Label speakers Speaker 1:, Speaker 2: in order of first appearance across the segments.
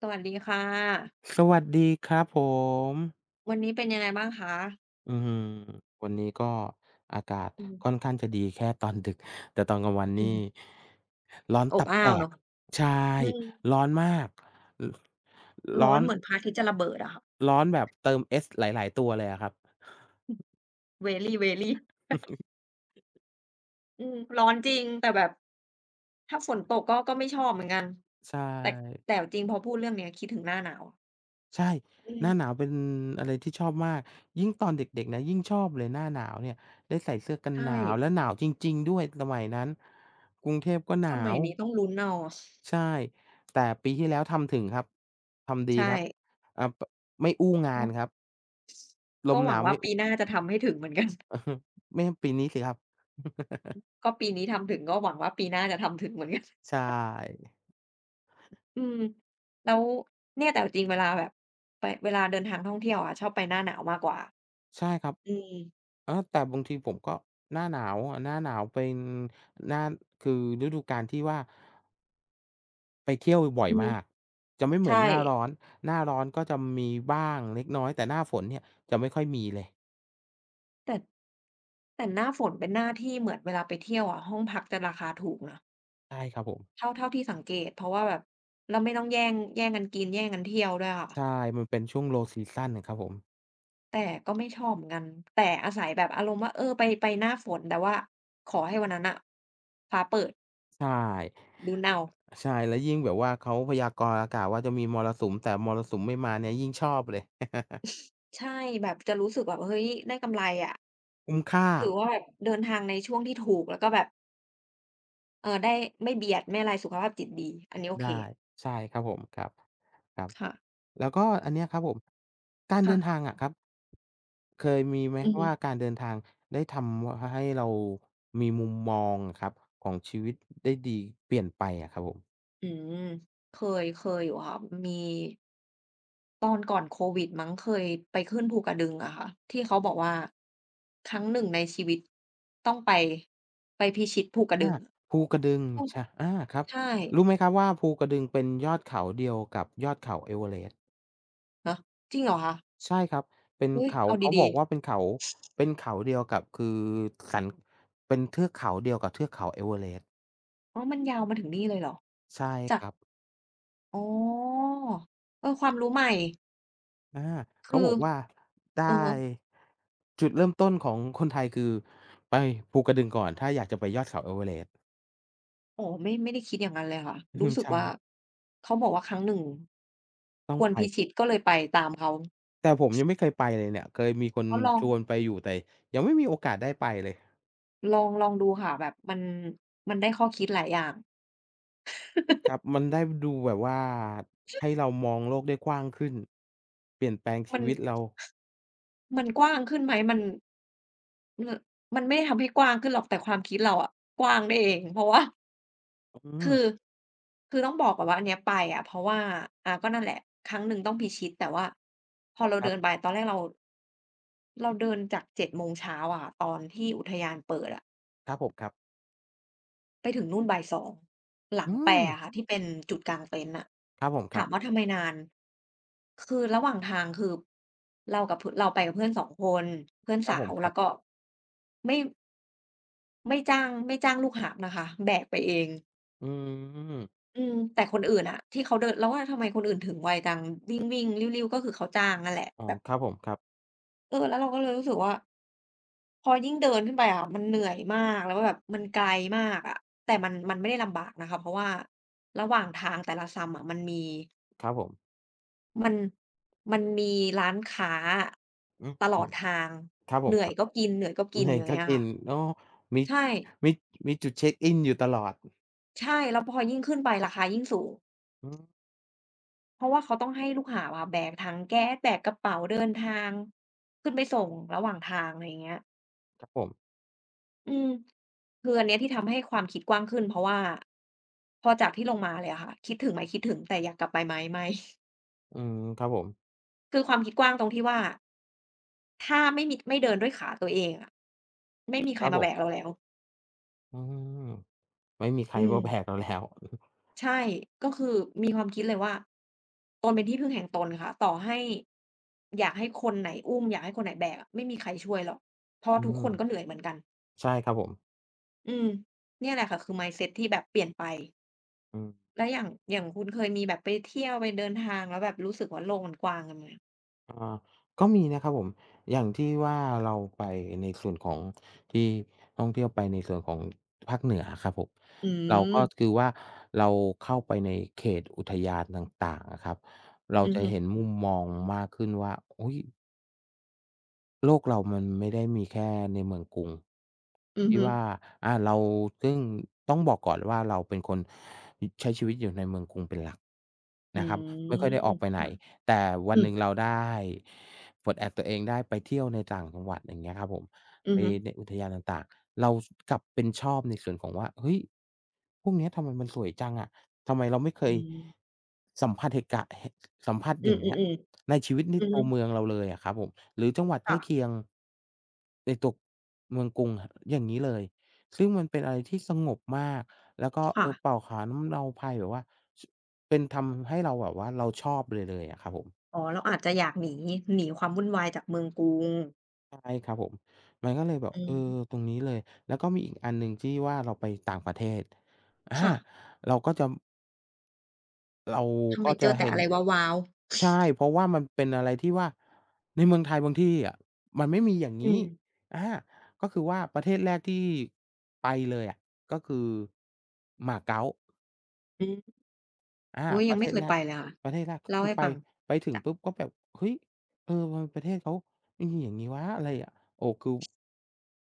Speaker 1: สวัสดีค่ะ
Speaker 2: สวัสดีครับผม
Speaker 1: วันนี้เป็นยังไงบ้างคะ
Speaker 2: อื้อหือวันนี้ก็อากาศ
Speaker 1: อืม
Speaker 2: ค่อนข้างจะดีแค่ตอนดึก แต่ตอนกลางวัน
Speaker 1: อื
Speaker 2: นี่
Speaker 1: ม
Speaker 2: ร้อน
Speaker 1: อบ
Speaker 2: ตับ
Speaker 1: อ้า
Speaker 2: แต
Speaker 1: ว
Speaker 2: ก
Speaker 1: เนาะ
Speaker 2: ใช่
Speaker 1: อืม
Speaker 2: ร้อนมากร
Speaker 1: ร้อ
Speaker 2: ร้อ
Speaker 1: น
Speaker 2: น
Speaker 1: เหมือนพระอาทิตย์จะระเบิดอะค่ะ
Speaker 2: แบบเติมเอสหลายๆตัวเลยอะครับ
Speaker 1: very very อืมร้อนจริงแต่แบบถ้าฝนตกก็ไม่ชอบเหมือนกัน
Speaker 2: ใช
Speaker 1: แต่
Speaker 2: ่
Speaker 1: แต่จริงพอพูดเรื่องเนี้ยคิดถึงหน้าหนาว
Speaker 2: ใช่
Speaker 1: อื
Speaker 2: ห
Speaker 1: ม
Speaker 2: น้าหนาวเป็นอะไรที่ชอบมากยิ่งตอนเด็กๆนะยิ่งชอบเลยหน้าหนาวเนี่ยได้ใส่เสื้อกันห
Speaker 1: ใช่
Speaker 2: นาวแล้วหนาวจริงๆด้วยสมัยนั้นกรุงเทพก็ห
Speaker 1: ส
Speaker 2: นา
Speaker 1: มัย
Speaker 2: ว
Speaker 1: นี้ต้องลุ้นเอา
Speaker 2: ใช่ แต่ปีที่แล้วทำถึงครับ ทำดีค
Speaker 1: ใช่
Speaker 2: รับอ่าปไม่อู้งา
Speaker 1: ก็
Speaker 2: นครับล
Speaker 1: ก็
Speaker 2: ม
Speaker 1: ห
Speaker 2: ห
Speaker 1: วัง
Speaker 2: นาว
Speaker 1: ว่า
Speaker 2: ไม่ อ
Speaker 1: ปีหน้าจะทำให้ถึงเหมือนกัน
Speaker 2: อือฮึไม่ใช่ปีนี้สิครับ
Speaker 1: ก็ปีนี้ทำถึงก็หวังว่าปีหน้าจะทำถึงเหมือนกัน
Speaker 2: ใช่
Speaker 1: อืมแล้วเนี่ยแต่จริงเวลาแบบไปเวลาเดินทางท่องเที่ยวอะชอบไปหน้าหนาวมากกว่า
Speaker 2: ใช่ครับ
Speaker 1: อืม
Speaker 2: อแต่บางทีผมก็หน้าหนาวอะหน้าหนาวเป็น หน้า คือฤดูกาลที่ว่าไปเที่ยวบ่อย
Speaker 1: อืม
Speaker 2: มาก จะไม่เหมื
Speaker 1: ใช่
Speaker 2: อนหน้าร้อน หน้าร้อนก็จะมีบ้างเล็กน้อย แต่หน้าฝนเนี่ยจะไม่ค่อยมีเลย
Speaker 1: แต่แต่หน้าฝนเป็นหน้าที่เหมือนเวลาไปเที่ยวอะห้องพักจะราคาถูกนะ
Speaker 2: ใช่ครับผม
Speaker 1: เท่าที่สังเกตเพราะว่าแบบแล้วไม่ต้องแย่งกันกินแย่งกันเที่ยวด้วยค่ะ
Speaker 2: ใช่ มันเป็นช่วง Low season น่ะครับผม
Speaker 1: แต่ก็ไม่ชอบเหมือนกันแต่อาศัยแบบอารมณ์ว่าเออไปหน้าฝนแต่ว่าขอให้วันนั้นน่ะฟ้าเปิด
Speaker 2: ใช่
Speaker 1: ลุ้นเอา
Speaker 2: ใช่แล้วยิ่งแบบว่าเขาพยากรณ์อากาศว่าจะมีมรสุมแต่มรสุมไม่มาเนี่ยยิ่งชอบเลย
Speaker 1: ใช่แบบจะรู้สึกแบบเฮ้ยได้กำไรอะ
Speaker 2: คุ้มค่า
Speaker 1: ถือว่าแบบเดินทางในช่วงที่ถูกแล้วก็แบบ เออได้ไม่เบียดไม่อะไรสุขภาพจิตดีอันนี้โอเค
Speaker 2: ได้ใช่ครับผมครับครับ
Speaker 1: ค่ะ
Speaker 2: แล้วก็อันเนี้ยครับผมการเดินทา
Speaker 1: ค่ะ
Speaker 2: งอะครับเคยมีไหม
Speaker 1: อือฮึ
Speaker 2: ว่าการเดินทางได้ทำให้เรามีมุมมองอะครับของชีวิตได้ดีเปลี่ยนไปอะครับผม
Speaker 1: อืมเคเคยอยู่ค่ะมีตอนก่อนโควิดมั้งเคยไปขึ้นภูกระดึงอะค่ะที่เขาบอกว่าครั้งหนึ่งในชีวิตต้องไปพิชิตภูกระดึ
Speaker 2: อา
Speaker 1: ง
Speaker 2: ภูกระดึง
Speaker 1: อ้าว
Speaker 2: ใชอาครับ
Speaker 1: ใช่
Speaker 2: รู้ไหมครับว่าภูกระดึงเป็นยอดเขาเดียวกับยอดเขาเอเวอเรสต์
Speaker 1: ฮะจริงเหรอคะ
Speaker 2: ใช่ครับเป็น
Speaker 1: อุ๊ย
Speaker 2: เขา
Speaker 1: เอา
Speaker 2: เขาบ
Speaker 1: ดี
Speaker 2: อก
Speaker 1: ๆ
Speaker 2: ว่าเป็นเขาเป็นเขาเดียวกับคือสันเป็นเทือกเขาเดียวกับเทือกเขาเอเวอเรสต์
Speaker 1: อ๋อมันยาวมาถึงนี่เลยเหรอ
Speaker 2: ใช่
Speaker 1: จา
Speaker 2: ค
Speaker 1: ก
Speaker 2: รับ
Speaker 1: อ๋อเออความรู้ใหม่
Speaker 2: อา
Speaker 1: คื
Speaker 2: เขา
Speaker 1: อ
Speaker 2: บอกว่า
Speaker 1: อือ
Speaker 2: ได้
Speaker 1: ฮึ
Speaker 2: จุดเริ่มต้นของคนไทยคือไปภูกระดึงก่อนถ้าอยากจะไปยอดเขาเอเวอเรสต์
Speaker 1: อ๋อไม่ได้คิดอย่างนั้นเลยค่ะ
Speaker 2: อื
Speaker 1: รู้
Speaker 2: ม
Speaker 1: สึกว่า
Speaker 2: ใช่
Speaker 1: เขาบอกว่าครั้งหนึ่ง
Speaker 2: ต้อ
Speaker 1: ค
Speaker 2: ง
Speaker 1: วร
Speaker 2: ไป
Speaker 1: พิชิตก็เลยไปตามเขา
Speaker 2: แต่ผมยังไม่เคยไปเลยเนี่ยเคยมีคน
Speaker 1: ก็ลอง
Speaker 2: ชวนไปอยู่แต่ยังไม่มีโอกาสได้ไปเลย
Speaker 1: ลองลองดูค่ะแบบมันมันได้ข้อคิดหลายอย่าง
Speaker 2: ครั บมันได้ดูแบบว่าให้เรามองโลกได้กว้างขึ้นเปลี่ยนแปลง
Speaker 1: มั
Speaker 2: ชี
Speaker 1: น
Speaker 2: วิตเรา
Speaker 1: มันกว้างขึ้นไหมมมันไม่ได้ทำให้กว้างขึ้นหรอกแต่ความคิดเราอะกว้างได้เองเพราะว่า
Speaker 2: อืม
Speaker 1: คือคือต้องบอกก่อนว่าอันเนี้ยไปอะเพราะว่าก็นั่นแหละครั้งหนึ่งต้องพิชิตแต่ว่าพอเรา
Speaker 2: ครั
Speaker 1: เดินไป
Speaker 2: บ
Speaker 1: ตอนแรกเราเดินจากเจ็ดโมงเช้าอะค่ะตอนที่อุทยานเปิดอะ
Speaker 2: ครับผมครับ
Speaker 1: ไปถึงนู่นบ่าย2หลัง
Speaker 2: อื
Speaker 1: แป
Speaker 2: ม
Speaker 1: อะค่ะที่เป็นจุดกางเต็นท์น่ะ
Speaker 2: ครับผมค
Speaker 1: ถา
Speaker 2: รั
Speaker 1: ม
Speaker 2: บ
Speaker 1: ว่าทำไมนานคือระหว่างทางคือเราไปกับเพื่อน2คนเพื่อน
Speaker 2: ครับ
Speaker 1: สา
Speaker 2: ผ
Speaker 1: ว
Speaker 2: มครั
Speaker 1: แล้
Speaker 2: บ
Speaker 1: วก็ไม่ไม่จ้างลูกหาบนะคะแบกไปเอง
Speaker 2: อืม
Speaker 1: อืมแต่คนอื่นอะที่เขาเดินเราว่าทำไมคนอื่นถึงไวจังวิ่งๆลิ่วๆก็คือเขาจ้างนั่นแหละ
Speaker 2: อ๋อ
Speaker 1: แบบ
Speaker 2: ครับผมครับ
Speaker 1: เออแล้วเราก็เลยรู้สึกว่า พอยิ่งเดินขึ้นไปอะมันเหนื่อยมากแล้วแบบมันไกลมากอะแต่มันไม่ได้ลำบากนะคะเพราะว่าระหว่างทางแต่ละซัมอะมันมี
Speaker 2: ครับผม
Speaker 1: มันมันมีร้านค้า
Speaker 2: อืม
Speaker 1: ตล
Speaker 2: อื
Speaker 1: อด
Speaker 2: อ
Speaker 1: ทาง
Speaker 2: ครับผ
Speaker 1: เห
Speaker 2: ม
Speaker 1: นื่
Speaker 2: ค
Speaker 1: อย
Speaker 2: รับ
Speaker 1: ก็กินเหนื่อยก็ กิ
Speaker 2: เห
Speaker 1: น
Speaker 2: นื่อย
Speaker 1: อย่าง
Speaker 2: ก็
Speaker 1: เงี้ย
Speaker 2: กิ
Speaker 1: ค่ะ
Speaker 2: นอ๋อมี
Speaker 1: ใช่
Speaker 2: มีมีจุดเช็กอินอยู่ตลอด
Speaker 1: ใช่แล้วพอยิ่งขึ้นไปราคายิ่งสูง
Speaker 2: อืม
Speaker 1: เพราะว่าเขาต้องให้ลูกหาบอะแบกถังแก๊สแบกกระเป๋าเดินทางขึ้นไปส่งระหว่างทางอะไรอย่างเงี้ย
Speaker 2: ครับผม
Speaker 1: อืมคืออันเนี้ยที่ทำให้ความคิดกว้างขึ้นเพราะว่าพอจากที่ลงมาเลยอะค่ะคิดถึงไหมคิดถึงแต่อยากกลับไปไหมไม่
Speaker 2: อืมครับผม
Speaker 1: คือความคิดกว้างตรงที่ว่าถ้าไม่เดินด้วยขาตัวเองอะไม่มีใค
Speaker 2: ค
Speaker 1: ร
Speaker 2: รับ
Speaker 1: มา
Speaker 2: ผ
Speaker 1: แบก
Speaker 2: ม
Speaker 1: เราแล้ว
Speaker 2: อืมไม่มีใคร
Speaker 1: อื ม
Speaker 2: มาแบกเราแล้ว
Speaker 1: ใช่ก็คือมีความคิดเลยว่าตนเป็นที่พึ่งแห่งตนค่ะต่อให้อยากให้คนไหนอุ้มอยากให้คนไหนแบกอะไม่มีใครช่วยหรอกเพราะ
Speaker 2: อื
Speaker 1: ว่าทุกค
Speaker 2: ม
Speaker 1: นก็เหนื่อยเหมือนกัน
Speaker 2: ใช่ครับผม
Speaker 1: อืมเนี่ยแหละค่ะคือ mindset ที่แบบเปลี่ยนไป
Speaker 2: อืม
Speaker 1: แล้วอย่างคุณเคยมีแบบไปเที่ยวไปเดินทางแล้วแบบรู้สึกว่าโลกมันกว้างกันไหม
Speaker 2: อาก็มีนะครับผมอย่างที่ว่าเราไปในส่วนของที่ท่องเที่ยวไปในส่วนของภาคเหนือครับผม
Speaker 1: อื
Speaker 2: เราก็
Speaker 1: ม
Speaker 2: คือว่าเราเข้าไปในเขตอุทยานต่างๆอะครับเรา
Speaker 1: อือ
Speaker 2: จะ
Speaker 1: ฮึ
Speaker 2: เห็นมุมมองมากขึ้นว่าอุยโลกเรามันไม่ได้มีแค่ในเมืองกรุง
Speaker 1: อือ
Speaker 2: ที่
Speaker 1: ฮึ
Speaker 2: ว่าอาเราซึ่งต้องบอกก่อนว่าเราเป็นคน
Speaker 1: อื
Speaker 2: นะครับไม่ค่อยได้
Speaker 1: ม
Speaker 2: ออกไปไหน
Speaker 1: ค่ะ
Speaker 2: แต่วั
Speaker 1: อื
Speaker 2: นห
Speaker 1: ม
Speaker 2: นึ่งเราได้ปลดแอกตัวเองได้ไปเที่ยวในต่างจังหวัดอย่างเงี้ยครับผม
Speaker 1: อื
Speaker 2: ไป
Speaker 1: อฮึ
Speaker 2: ในอุทยานต่างๆเรากลับเป็นชอบในส่วนของว่าเฮ้ยพวกเนี้ยทำไมมันสวยจังอะทำไมเราไม่เค
Speaker 1: อื
Speaker 2: ย
Speaker 1: ม
Speaker 2: สัมผัสเหตุกะเหสัมผัส
Speaker 1: อื
Speaker 2: อ
Speaker 1: อ
Speaker 2: ย่างเงี้ย
Speaker 1: ๆ
Speaker 2: ในชีวิต
Speaker 1: ๆ
Speaker 2: ใน
Speaker 1: อือ
Speaker 2: ตั
Speaker 1: ฮึ
Speaker 2: วเมืองเราเลยอะครับผมหรือจังหวัดใกล้เคี
Speaker 1: ค่ะ
Speaker 2: ยงในตัวเมืองกรุงอย่างงี้เลย ซึ่งมันเป็นอะไรที่สงบมาก แล้วก็เอ
Speaker 1: ค่ะ
Speaker 2: อเป่าขาน้ำเราไพรแบบว่าชเป็นทำให้เราแบบว่าเราชอบเลยอะครับผม
Speaker 1: อ๋อเราอาจจะอยากหนีความวุ่นวายจากเมืองกรุง
Speaker 2: ใช่ครับผมมันก็เลยแบบ
Speaker 1: อื
Speaker 2: เออ
Speaker 1: ม
Speaker 2: ตรงนี้เลยแล้วก็มีอีกอันหนึ่งที่ว่าเราไปต่างประเทศอา
Speaker 1: ค่ะ
Speaker 2: เราก็จะเรา
Speaker 1: ทำไมเจอแต่
Speaker 2: เห็น
Speaker 1: อะไรว้าวๆ
Speaker 2: ใช่เพราะว่ามันเป็นอะไรที่ว่าในเมืองไทยบางที่อะมันไม่มีอย่าง
Speaker 1: อื
Speaker 2: งี้
Speaker 1: ม
Speaker 2: อาก็คือว่าประเทศแรกที่ไปเลยอะก็คือมาเก๊า
Speaker 1: อืม
Speaker 2: อา
Speaker 1: อุ๊ย
Speaker 2: ป
Speaker 1: ยัง
Speaker 2: ระเท
Speaker 1: ไม่
Speaker 2: ศ
Speaker 1: เคย
Speaker 2: แร
Speaker 1: ไป
Speaker 2: ก
Speaker 1: เลยค่ะ
Speaker 2: ประเทศแรกก็
Speaker 1: เล่า
Speaker 2: คือ
Speaker 1: ให้
Speaker 2: ไป
Speaker 1: ฟัง
Speaker 2: ไปถึง
Speaker 1: จ้ะ
Speaker 2: ปุ๊บก็แบบเฮ้ยเออทำไมประเทศเขามีอย่างงี้วะอะไรอะโอ้คือ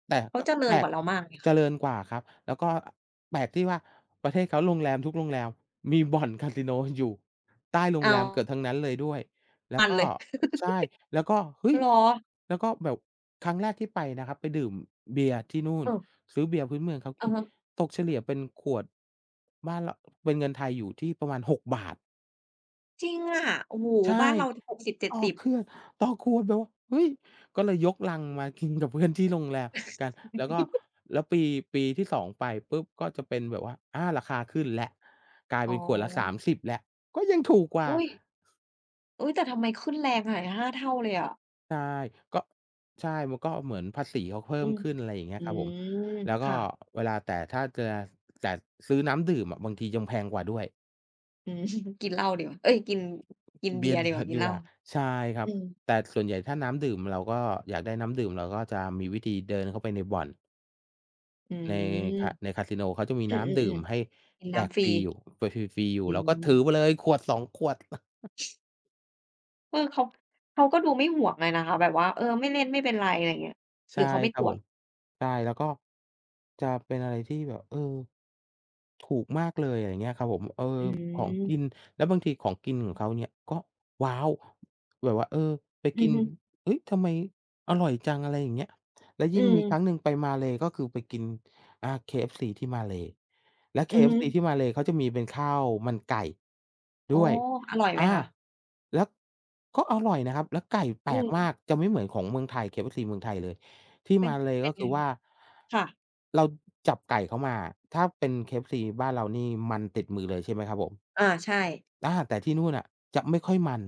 Speaker 2: แต่
Speaker 1: เขา
Speaker 2: ก็
Speaker 1: เจริ
Speaker 2: แป
Speaker 1: ญ
Speaker 2: ล
Speaker 1: ก
Speaker 2: ก
Speaker 1: ว่าเรามากเลย
Speaker 2: เจ
Speaker 1: ค่ะ
Speaker 2: ริญกว่าครับแล้วก็แปลกที่ว่าประเทศเขาโรงแรมทุกโรงแรมมีบ่อนคาสิโนอยู่ใต้โรง
Speaker 1: อ้า
Speaker 2: แร
Speaker 1: ว
Speaker 2: มเกือบทั้งนั้นเลยด้วยแล้
Speaker 1: มั
Speaker 2: ว
Speaker 1: น
Speaker 2: ก็
Speaker 1: เลย
Speaker 2: ใช่แล้วก็เฮ้ย
Speaker 1: เหรอ
Speaker 2: แล้วก็แบบครั้งแรกที่ไปนะครับไปดื่มเบียร์ที่นู่น
Speaker 1: เออ
Speaker 2: ซื้อเบียร์พื้นเมืองเขา
Speaker 1: อะ
Speaker 2: กิน
Speaker 1: ฮะ
Speaker 2: ตกเฉลี่ยเป็นขวดบ้านเราเป็นเงินไทยอยู่ที่ประมาณ6 บาท
Speaker 1: จริงอะโอ้โฮ
Speaker 2: ใช่
Speaker 1: บ้านเรา
Speaker 2: ต่อ
Speaker 1: 60-70
Speaker 2: เครืองต่อขวดแบบว่าเฮ้ยก็เลยยกลังมากินกับเพื่อนที่โรงแรมกันแล้วก็แล้วปีที่2ไปปุ๊บก็จะเป็นแบบว่าอาราคาขึ้นแล้วกลาย
Speaker 1: อ๋อ
Speaker 2: เป็นขวดละ30แล้วก็ยังถูกกว่า
Speaker 1: อุ๊ยอุ๊ยแต่ทำไมขึ้นแรงขนาด5เท่าเลยอะ
Speaker 2: ใช่ก็ใช่มันก็เหมือนภาษีเขาเพิ่
Speaker 1: อื
Speaker 2: ม
Speaker 1: ม
Speaker 2: ขึ้นอะไรอย่างเงี้ย
Speaker 1: อื
Speaker 2: ครับผม
Speaker 1: ม
Speaker 2: แล้วก็
Speaker 1: ค่ะ
Speaker 2: เวลาแต่ถ้าจะแต่ซื้อน้ำดื่มอะบางทียังแพงกว่าด้วย
Speaker 1: อืม กินเหล้าดีกว่าเอ๊ยกินกิน
Speaker 2: กิน
Speaker 1: เบี
Speaker 2: เบีย
Speaker 1: ย
Speaker 2: ร์ด
Speaker 1: ร์ดีกว่ากิน
Speaker 2: ดี
Speaker 1: เห
Speaker 2: ก
Speaker 1: ล้า
Speaker 2: ว่าใช่ครั
Speaker 1: อื
Speaker 2: บ
Speaker 1: ม
Speaker 2: แต่ส่วนใหญ่ถ้าน้ำดื่มเราก็อยากได้น้ำดื่มเราก็จะมีวิธีเดินเข้าไปในบ่อน
Speaker 1: อื
Speaker 2: ใน
Speaker 1: ม
Speaker 2: ในคาสิโนเขาจะมี
Speaker 1: อื
Speaker 2: น้ำดื่
Speaker 1: อ
Speaker 2: มให้
Speaker 1: ๆๆกิน
Speaker 2: แจก
Speaker 1: น้ำฟ
Speaker 2: ฟ
Speaker 1: รี
Speaker 2: รีอยู่ฟรีๆอยู่
Speaker 1: อื
Speaker 2: เราก็ถือไป
Speaker 1: ม
Speaker 2: เลยขวด2ขวด
Speaker 1: เออเขาก็ดูไม่ห่วงเลยนะคะ แบบว่าเออไม่เล่นไม่เป็นไรอะไรอย่างเงี้ยหรื
Speaker 2: ใช่
Speaker 1: อเขาไม่
Speaker 2: ค
Speaker 1: ต
Speaker 2: รับ
Speaker 1: รว
Speaker 2: ผ
Speaker 1: จ
Speaker 2: มใช่แล้วก็จะเป็นอะไรที่แบบถูกมากเลยอะไรอย่างเงี้ยครับผม
Speaker 1: อื
Speaker 2: ของ
Speaker 1: ม
Speaker 2: กินแล้วบางทีของกินของเขาเนี่ยก็ว้าวแบบว่าไป
Speaker 1: อื
Speaker 2: กิ
Speaker 1: อ
Speaker 2: น
Speaker 1: ฮึ
Speaker 2: เฮ้ยทำไมอร่อยจังอะไรอย่างเงี้ยแล้ว
Speaker 1: อื
Speaker 2: ยิ่งมีครั้งห
Speaker 1: ม
Speaker 2: นึ่งไปมาเลย์ก็คือไปกินKFC ที่มาเลย์แล้ว
Speaker 1: อือฮึ
Speaker 2: KFC ที่มาเลย์เขาจะมีเป็นข้าวมันไก่
Speaker 1: อ๋
Speaker 2: ด้
Speaker 1: อ
Speaker 2: วย
Speaker 1: อร่อยไหม
Speaker 2: อา
Speaker 1: คะ
Speaker 2: แล้วก็อร่อยนะครับแล้วไก่แป
Speaker 1: อื
Speaker 2: ลกมาก
Speaker 1: ม
Speaker 2: จะไม่เหมือนของเมืองไทย KFC เมืองไทยเลย ที่
Speaker 1: เป็น
Speaker 2: มาเลย์
Speaker 1: เป็
Speaker 2: ก็
Speaker 1: นไง
Speaker 2: คือว่า
Speaker 1: ค่ะ
Speaker 2: เราจับไก่เขามาถ้าเป็น KFC บ้านเรานี่มันติดมือเลยใช่ไหมครับผม
Speaker 1: อาใช่
Speaker 2: แต่ที่นู่นน่ะจะไม่ค่อยมัน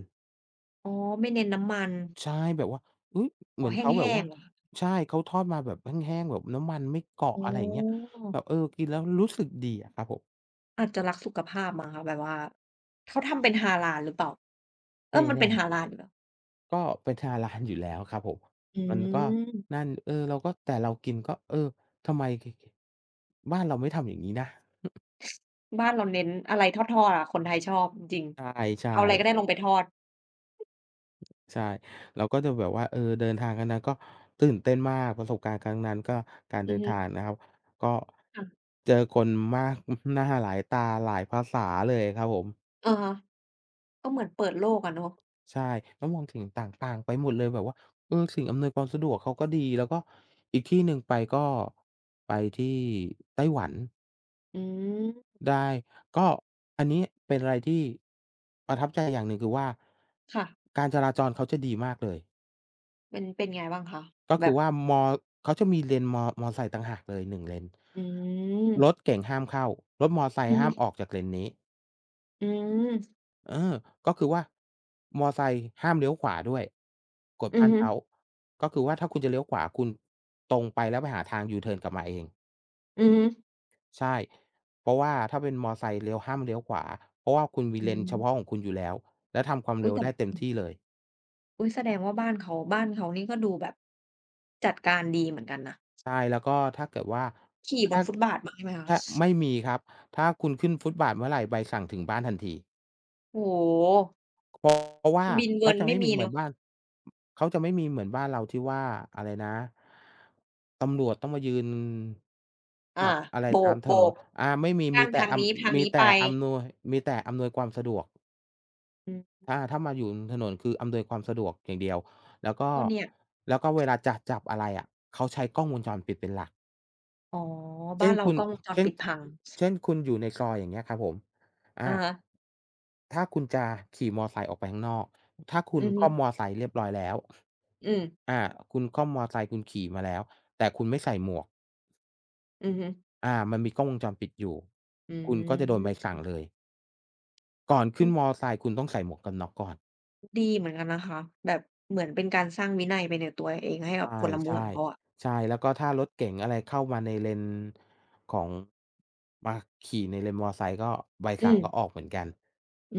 Speaker 1: อ๋อไม่เน้นน้ำมัน
Speaker 2: ใช่แบบว่าอุ๊ย
Speaker 1: อ๋
Speaker 2: เห
Speaker 1: อ
Speaker 2: มือนเขาแบบ
Speaker 1: แห้ง
Speaker 2: ว่า
Speaker 1: ๆเหรอคะ
Speaker 2: ใช่เขาทอดมาแบบแห้งๆแบบน้ำมันไม่เกาะ
Speaker 1: อ๋
Speaker 2: อะไรอย่างเงี้ย
Speaker 1: อ
Speaker 2: แบบกินแล้วรู้สึกดีอะครับผม
Speaker 1: อาจจะรักสุขภาพมั้งคะแบบว่าเขาทำเป็นฮาลาลหรือเปล่าเออ
Speaker 2: ไม่
Speaker 1: มันเป็นฮา
Speaker 2: แน่
Speaker 1: ลาลอยู่แล้ว
Speaker 2: ก็เป็นฮาลาลอยู่แล้วครับผม
Speaker 1: อื
Speaker 2: มันก็
Speaker 1: ม
Speaker 2: นั่นเราก็แต่เรากินก็ทำไมบ้านเราไม่ทำอย่างงี้นะ
Speaker 1: บ้านเราเน้นอะไรทอดๆอะคนไทยชอบจริง
Speaker 2: ใช่
Speaker 1: ๆ
Speaker 2: ใช่
Speaker 1: เอาอะไรก็ได้ลงไปทอด
Speaker 2: ใช่เราก็จะแบบว่าเดินทางครั้งนั้นก็ตื่นเต้นมากประสบการณ์ครั้งนั้นก็การ
Speaker 1: อื
Speaker 2: เดิ
Speaker 1: อ
Speaker 2: น
Speaker 1: ฮึ
Speaker 2: ทางนะครับก็
Speaker 1: ค่ะ
Speaker 2: เจอคนมาก หน้าหลายตาหลายภาษาเลยครับผม
Speaker 1: อะฮะก็เหมือนเปิดโลกอะเนาะ
Speaker 2: ใช่แล้วมองถึงต่างๆไปหมดเลยแบบว่าสิ่งอำนวยความสะดวกเขาก็ดีแล้วก็อีกที่หนึ่งไปก็ไปที่ไต้หวัน
Speaker 1: อืม
Speaker 2: ได้ก็อันนี้เป็นอะไรที่ประทับใจอย่างหนึ่งคือว่า
Speaker 1: ค่ะ
Speaker 2: การจราจรเขาจะดีมากเลย
Speaker 1: เป็นไงบ้างคะ
Speaker 2: ก็
Speaker 1: แบ
Speaker 2: คือ
Speaker 1: บ
Speaker 2: ว่าเขาจะมีเลนมอไซค์ต่างหากเลยหนึ่งเลน
Speaker 1: อื
Speaker 2: รถ
Speaker 1: ม
Speaker 2: เก๋งห้ามเข้ารถมอไซ
Speaker 1: อื
Speaker 2: ค์
Speaker 1: อ
Speaker 2: ห้า
Speaker 1: ฮึ
Speaker 2: มออกจากเลนนี้
Speaker 1: อืม
Speaker 2: เออก็คือว่ามอไซค์ห้ามเลี้ยวขวาด้วยกฎ
Speaker 1: อือ
Speaker 2: บ้าน
Speaker 1: ฮึ
Speaker 2: เขาก็คือว่าถ้าคุณจะเลี้ยวขวาคุณตรงไปแล้วไปหาทางยูเทิร์นกลับมาเอง
Speaker 1: อือฮึ
Speaker 2: ใช่เพราะว่าถ้าเป็นมอไซค์เลี้ยวห้ามเลี้ยวขวาเพราะว่าคุณมี
Speaker 1: อือ
Speaker 2: เลน
Speaker 1: ฮึอื
Speaker 2: เฉ
Speaker 1: ม
Speaker 2: พาะของคุณอยู่แล้วแล้วทำความ
Speaker 1: อุ๊
Speaker 2: เร็
Speaker 1: ย
Speaker 2: ว
Speaker 1: แต่
Speaker 2: ได้เต็มที่เลย
Speaker 1: อุ๊ยแสดงว่าบ้านเขานี่ก็ดูแบบจัดการดีเหมือนกันนะ
Speaker 2: ใช่แล้วก็ถ้าเกิดว่า
Speaker 1: ขี่บน
Speaker 2: ถ้า
Speaker 1: ฟุตบาทมาใช่ไหมคะ
Speaker 2: ถ้าไม่มีครับถ้าคุณขึ้นฟุตบาทเมื่อไรใบสั่งถึงบ้านทันที
Speaker 1: โอ้โ
Speaker 2: เพราะ
Speaker 1: ฮ
Speaker 2: ว่า
Speaker 1: บินเวิ
Speaker 2: เขา
Speaker 1: น
Speaker 2: จะ
Speaker 1: ไม่
Speaker 2: ไม่มี
Speaker 1: มี
Speaker 2: เหมือน
Speaker 1: เนาะ
Speaker 2: บ้านเขาจะไม่มีเหมือนบ้านเราที่ว่าอะไรนะตำรวจต้องมายืน
Speaker 1: อา
Speaker 2: จับอะไร
Speaker 1: โบ
Speaker 2: ตา
Speaker 1: ก
Speaker 2: มถ
Speaker 1: โบ
Speaker 2: นน
Speaker 1: ก
Speaker 2: ไม่มี
Speaker 1: กั้
Speaker 2: มี
Speaker 1: น
Speaker 2: แต่
Speaker 1: ทางนี้ทาง
Speaker 2: มี
Speaker 1: นี้ไป
Speaker 2: แต่อำนวยมีแต่อำนวยความสะดวก
Speaker 1: อืม
Speaker 2: ถ้ามาอยู่ถนนคืออำนวยความสะดวกอย่างเดียวแล้วก็
Speaker 1: ก็เนี่ย
Speaker 2: แล้วก็เวลาจะจับอะไรอะเขาใช้กล้องวงจรปิดเป็นหลัก
Speaker 1: อ๋อบ้า
Speaker 2: เช่
Speaker 1: น
Speaker 2: น
Speaker 1: เรา
Speaker 2: คุณ
Speaker 1: กล้องวงจร
Speaker 2: เช่น
Speaker 1: ปิดพัง
Speaker 2: เช่นคุณอยู่ในซอยอย่างเงี้ยครับผม
Speaker 1: อะ
Speaker 2: อา
Speaker 1: ฮะ
Speaker 2: ถ้าคุณจะขี่มอไซค์ออกไปข้างนอกถ้าคุณ
Speaker 1: อือ
Speaker 2: ค
Speaker 1: ฮึ
Speaker 2: ล่อมมอไซค์เรียบร้อยแล้ว
Speaker 1: อืม
Speaker 2: อาคุณคล่อมมอไซค์คุณขี่มาแล้ว แต่คุณไม่ใส่หมวก
Speaker 1: อือฮึ
Speaker 2: มันมีกล้องวงจรปิดอยู่
Speaker 1: อื
Speaker 2: คุณก็จะโดนใบสั่
Speaker 1: ม
Speaker 2: งเลย ก่อน
Speaker 1: อื
Speaker 2: ขึ้นมอ
Speaker 1: ม
Speaker 2: ไซค์คุณต้องใส่หมวกกันน็อกก่อน
Speaker 1: ดีเหมือนกันนะคะแบบเหมือนเป็นการสร้างวินัยไปในตัวเองให้กับพ
Speaker 2: ใช่
Speaker 1: ลเมื
Speaker 2: ใช่
Speaker 1: องเขาอะ
Speaker 2: ใช่แล้วก็ถ้ารถเก๋งอะไรเข้ามาในเลนของมาขี่ในเลนมอไซค์ก็ใบ
Speaker 1: อื
Speaker 2: สั่งก็ออ
Speaker 1: ม
Speaker 2: กเหมือนกัน
Speaker 1: อื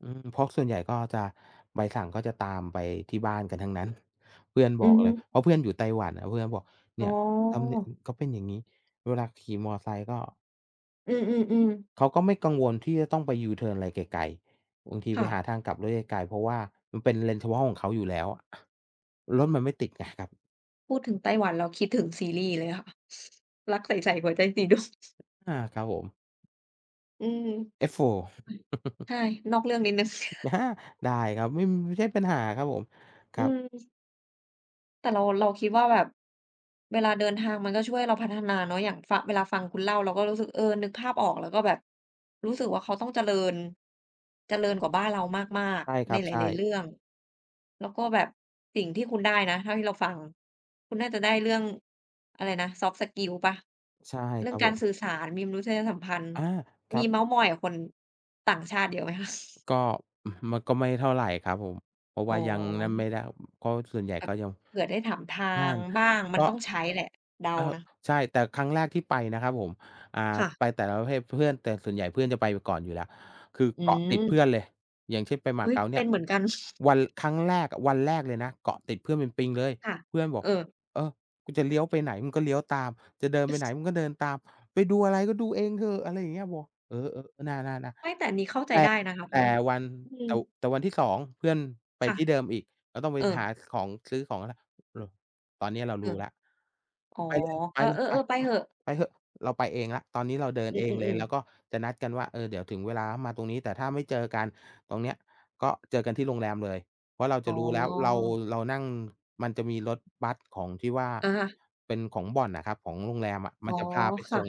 Speaker 2: อืมเพราะส่วนใหญ่ก็จะใบสั่งก็จะตามไปที่บ้านกันทั้งนั้น เพื่อนบ
Speaker 1: อื
Speaker 2: อ
Speaker 1: อ
Speaker 2: ก
Speaker 1: ฮึ
Speaker 2: เลยเพราะเพื่อนอยู่ไต้หวันอะเพื่อนบอก
Speaker 1: อ๋อ
Speaker 2: เนี่ยทำเนี่ยก็เป็นอย่างงี้เวลาขี่มอไซค์ก็
Speaker 1: อือๆๆ
Speaker 2: เขาก็ไม่กังวลที่จะต้องไปยูเทิร์นอะไรไกลๆบางทีไป
Speaker 1: ค่ะ
Speaker 2: หาทางกลับรถไกลๆเพราะว่ามันเป็นเลนเฉพาะของเขาอยู่แล้วอะรถมันไม่ติดไงครับ
Speaker 1: พูดถึงไต้หวันเราคิดถึงซีรีส์เลยค่ะ รักใส่ๆหัวใจสีดวง
Speaker 2: อาครับผม
Speaker 1: อืม
Speaker 2: F4
Speaker 1: ใช่นอกเรื่องนิดหนึ่ง
Speaker 2: อา ได้ครับไม่ใช่ปัญหาครับผมค
Speaker 1: อื
Speaker 2: รับ
Speaker 1: ม แต่เราคิดว่าแบบเวลาเดินทางมันก็ช่วยเราพัฒนาเนาะอย่างฟังเวลาฟังคุณเล่าเราก็รู้สึกเออนึกภาพออกแล้วก็แบบรู้สึกว่าเขาต้องเจริญเจริญกว่าบ้านเรามาก
Speaker 2: ใช่
Speaker 1: ๆ
Speaker 2: ค
Speaker 1: ใน
Speaker 2: รับ
Speaker 1: ห
Speaker 2: ใช่
Speaker 1: ลายๆเรื่องแล้วก็แบบสิ่งที่คุณได้นะเท่าที่เราฟังคุณน่าจะได้เรื่องอะไรนะ Soft Skill เปล่า
Speaker 2: ใช่
Speaker 1: เรื่
Speaker 2: ค
Speaker 1: อง
Speaker 2: รับผ
Speaker 1: การ
Speaker 2: ม
Speaker 1: สื่อสารมีมนุษยสัมพันธ์
Speaker 2: อาครั
Speaker 1: มี
Speaker 2: บ
Speaker 1: เม้าท์มอยกับคนต่างชาติเยอะไหมคะ
Speaker 2: ก็มันก็ไม่เท่าไรครับผมเพราะ
Speaker 1: อ๋อ
Speaker 2: ว่ายังนั่นไม่ได้ก็ส่วนใหญ่
Speaker 1: แบบ
Speaker 2: ก็ยัง
Speaker 1: เผื่อได้ถามทา
Speaker 2: งา
Speaker 1: ง
Speaker 2: น
Speaker 1: บ้างมัน
Speaker 2: ก็
Speaker 1: ต้องใช้แหละเดา
Speaker 2: เออ
Speaker 1: นะ
Speaker 2: ใช่แต่ครั้งแรกที่ไปนะครับผมอ่า
Speaker 1: ค่ะ
Speaker 2: ไปแต่ละประเทศเพื่อนแต่ส่วนใหญ่เพื่อนจะไปก่อนอยู่แล้วคือ
Speaker 1: อื
Speaker 2: เกาะติดเพื่อน
Speaker 1: ม
Speaker 2: เลยอย่างเช่นไปมา
Speaker 1: อุ๊ย
Speaker 2: เก๊าเนี่
Speaker 1: เป็
Speaker 2: ย
Speaker 1: นเหมือนกัน
Speaker 2: วันครั้งแรกอะวันแรกเลยนะเกาะติดเพื่อนเป็นปิงเลย
Speaker 1: ค่ะ
Speaker 2: เพื่อนบอก
Speaker 1: เออ
Speaker 2: เออกูจะเลี้ยวไปไหนมึงก็เลี้ยวตามจะเดินไปไหนมึงก็ เดินตามไปดูอะไรก็ดูเองเถอะอะไรอย่างเงี้ยบอกเออๆน่า
Speaker 1: ไม่
Speaker 2: ๆ
Speaker 1: แต่อันนี้เข้า
Speaker 2: ๆ
Speaker 1: ใจ
Speaker 2: แต่
Speaker 1: ได้นะคะเพ
Speaker 2: แต่
Speaker 1: ราะว่า
Speaker 2: วัน
Speaker 1: อืม
Speaker 2: แต่แต่วันที่2เพื่อนไป
Speaker 1: ค่ะ
Speaker 2: ที่เดิมอีกเราต้องไปหา
Speaker 1: เอ
Speaker 2: ของซื้อของแล้วเออตอนนี้เรา
Speaker 1: อ
Speaker 2: รู้แล้ว
Speaker 1: ๆอ๋อ
Speaker 2: ไปเลยไป
Speaker 1: เอ
Speaker 2: เลยไป
Speaker 1: อๆๆไป
Speaker 2: ไป
Speaker 1: เถอะ
Speaker 2: ไปเถอะเราไปเองแล้วตอนนี้เราเดิน
Speaker 1: อื
Speaker 2: เองเลย
Speaker 1: ม
Speaker 2: แล้ว
Speaker 1: ๆ
Speaker 2: ก็
Speaker 1: ๆ
Speaker 2: จะนัดกันว่าเดี๋ยวถึงเวลามาตรงนี้แต่ถ้าไม่เจอกันตรงเนี้ยก็เจอกันที่โรงแรมเลย เพราะเรา
Speaker 1: อ๋
Speaker 2: จะ
Speaker 1: อ
Speaker 2: รู้แล้วเรานั่งมันจะมีรถบัสของที่ว่า
Speaker 1: อะฮะ
Speaker 2: เป็นของบ่อนน่ะครับของโรงแรมอะมั
Speaker 1: อ๋
Speaker 2: น
Speaker 1: อ
Speaker 2: จะพาไป
Speaker 1: ค่ะ
Speaker 2: ส่ง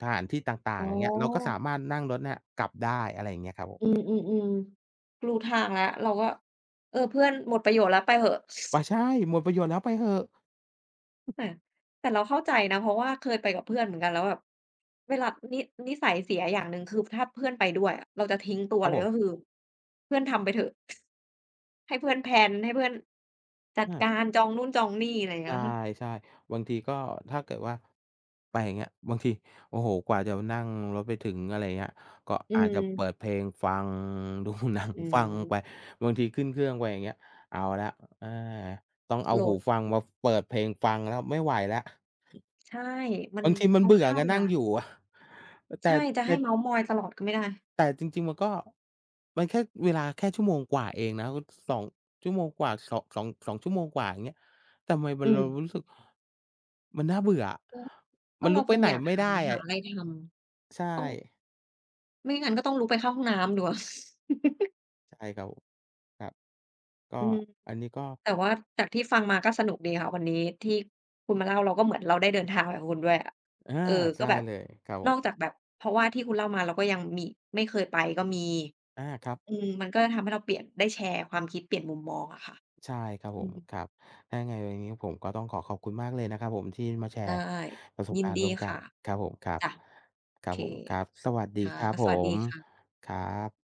Speaker 2: สถานที่ต่า
Speaker 1: อ๋
Speaker 2: ง
Speaker 1: อ
Speaker 2: ๆอย่างเงี้ยเราก็สามารถนั่งรถเนี่ยกลับได้อะไรอย่างเงี้ยครับผม
Speaker 1: อืมๆๆรู้ทางแล้วเราก็เออเพื่อนหมดประโยชน์แล้วไปเหอะ
Speaker 2: ว่าใช่หมดประโยชน์แล้วไปเถอะ
Speaker 1: แต่แต่เราเข้าใจนะเพราะว่าเคยไปกับเพื่อนเหมือนกันแล้วแบบเวลานินิสัยเสียอย่างหนึ่งคือถ้าเพื่อนไปด้วยอะเราจะทิ้งตัว
Speaker 2: ครับ
Speaker 1: เล
Speaker 2: ผ
Speaker 1: ยก็
Speaker 2: ม
Speaker 1: คือเพื่อนทำไปเถอะ ให้เพื่อนแพลนให้เพื่อนจัด
Speaker 2: อา
Speaker 1: การจองนู่นจองนี่อะไรอย่าง
Speaker 2: ใ
Speaker 1: เงี้ยค่ะ
Speaker 2: ช่ๆบางทีก็ถ้าเกิดว่าไปอย่างเงี้ยบางทีโอ้โฮกว่าจะนั่งรถไปถึงอะไรเงี้ยก็
Speaker 1: อื
Speaker 2: อาจ
Speaker 1: ม
Speaker 2: จะเปิดเพลงฟัง ดูหนัง
Speaker 1: อื
Speaker 2: ฟังไป
Speaker 1: ม
Speaker 2: บางทีขึ้นเครื่องไปอย่างเงี้ยเอาแล้วอาต้องเอา
Speaker 1: โหล
Speaker 2: หู
Speaker 1: ด
Speaker 2: ฟังมาเปิดเพลงฟังแล้วไม่ไหวแล้ว
Speaker 1: ใช่มัน
Speaker 2: บางทีมัน
Speaker 1: ต้อง
Speaker 2: เบื่อ
Speaker 1: ฆ่า
Speaker 2: ไง
Speaker 1: เว
Speaker 2: นั่
Speaker 1: ลา
Speaker 2: งอยู่อะแต่
Speaker 1: ใช่ จะให้
Speaker 2: แต่
Speaker 1: เมาท์มอยตลอดก็ไม่ได้
Speaker 2: แต่จริงๆมันก็มันแค่เวลาแค่ชั่วโมงกว่าเองนะสองชั่วโมงกว่าสองชั่วโมงกว่าอย่างเงี้ยแต่ทำไมมั
Speaker 1: อื
Speaker 2: น
Speaker 1: ม
Speaker 2: เรารู้สึก มันน่าเบื่อะ
Speaker 1: ก็ก็
Speaker 2: มันลุ
Speaker 1: เรา
Speaker 2: ก
Speaker 1: ค
Speaker 2: ไป
Speaker 1: ง
Speaker 2: ไหน
Speaker 1: อยาก
Speaker 2: ไม่
Speaker 1: หา
Speaker 2: ได้
Speaker 1: หา
Speaker 2: อะ
Speaker 1: อะไรทำ
Speaker 2: ใช่
Speaker 1: ต้องไม่งั้นก็ต้องลุกไปเข้าห้องน้ำดูอะ
Speaker 2: ใช่ครับผมครับก็
Speaker 1: อืม
Speaker 2: อันนี้ก็
Speaker 1: แต่ว่าจากที่ฟังมาก็สนุกดีค่ะวันนี้ที่คุณมาเล่าเราก็เหมือนเราได้เดินทางไปกับคุณด้วยอะ
Speaker 2: อา
Speaker 1: เออก็
Speaker 2: ใช่
Speaker 1: แบบ
Speaker 2: เลยครับผ
Speaker 1: นอก
Speaker 2: ม
Speaker 1: จากแบบเพราะว่าที่คุณเล่ามาเราก็ยังมีไม่เคยไปก็มี
Speaker 2: อาครับ
Speaker 1: อืมมันก็จะทำให้เราเปลี่ยนได้แชร์ความคิดเปลี่ยนมุมมองอะค่ะ
Speaker 2: ใช่ครับ
Speaker 1: อื
Speaker 2: ผม
Speaker 1: ม
Speaker 2: ครับถ้ายังไงวันนี้ผมก็ต้องขอขอบคุณมากเลยนะครับผมที่มาแช
Speaker 1: ได้
Speaker 2: ร์ประสบ
Speaker 1: ยิน
Speaker 2: การณ์
Speaker 1: ดี
Speaker 2: ร่วมกัน
Speaker 1: ค่ะ
Speaker 2: ครับผมครับ
Speaker 1: จ้ะโอ
Speaker 2: ครับ
Speaker 1: เค
Speaker 2: ผมครับสวัสดี
Speaker 1: ค่ะ
Speaker 2: ครับ
Speaker 1: ส
Speaker 2: ผ
Speaker 1: วัสดี
Speaker 2: ม
Speaker 1: ค่ะ
Speaker 2: ครับ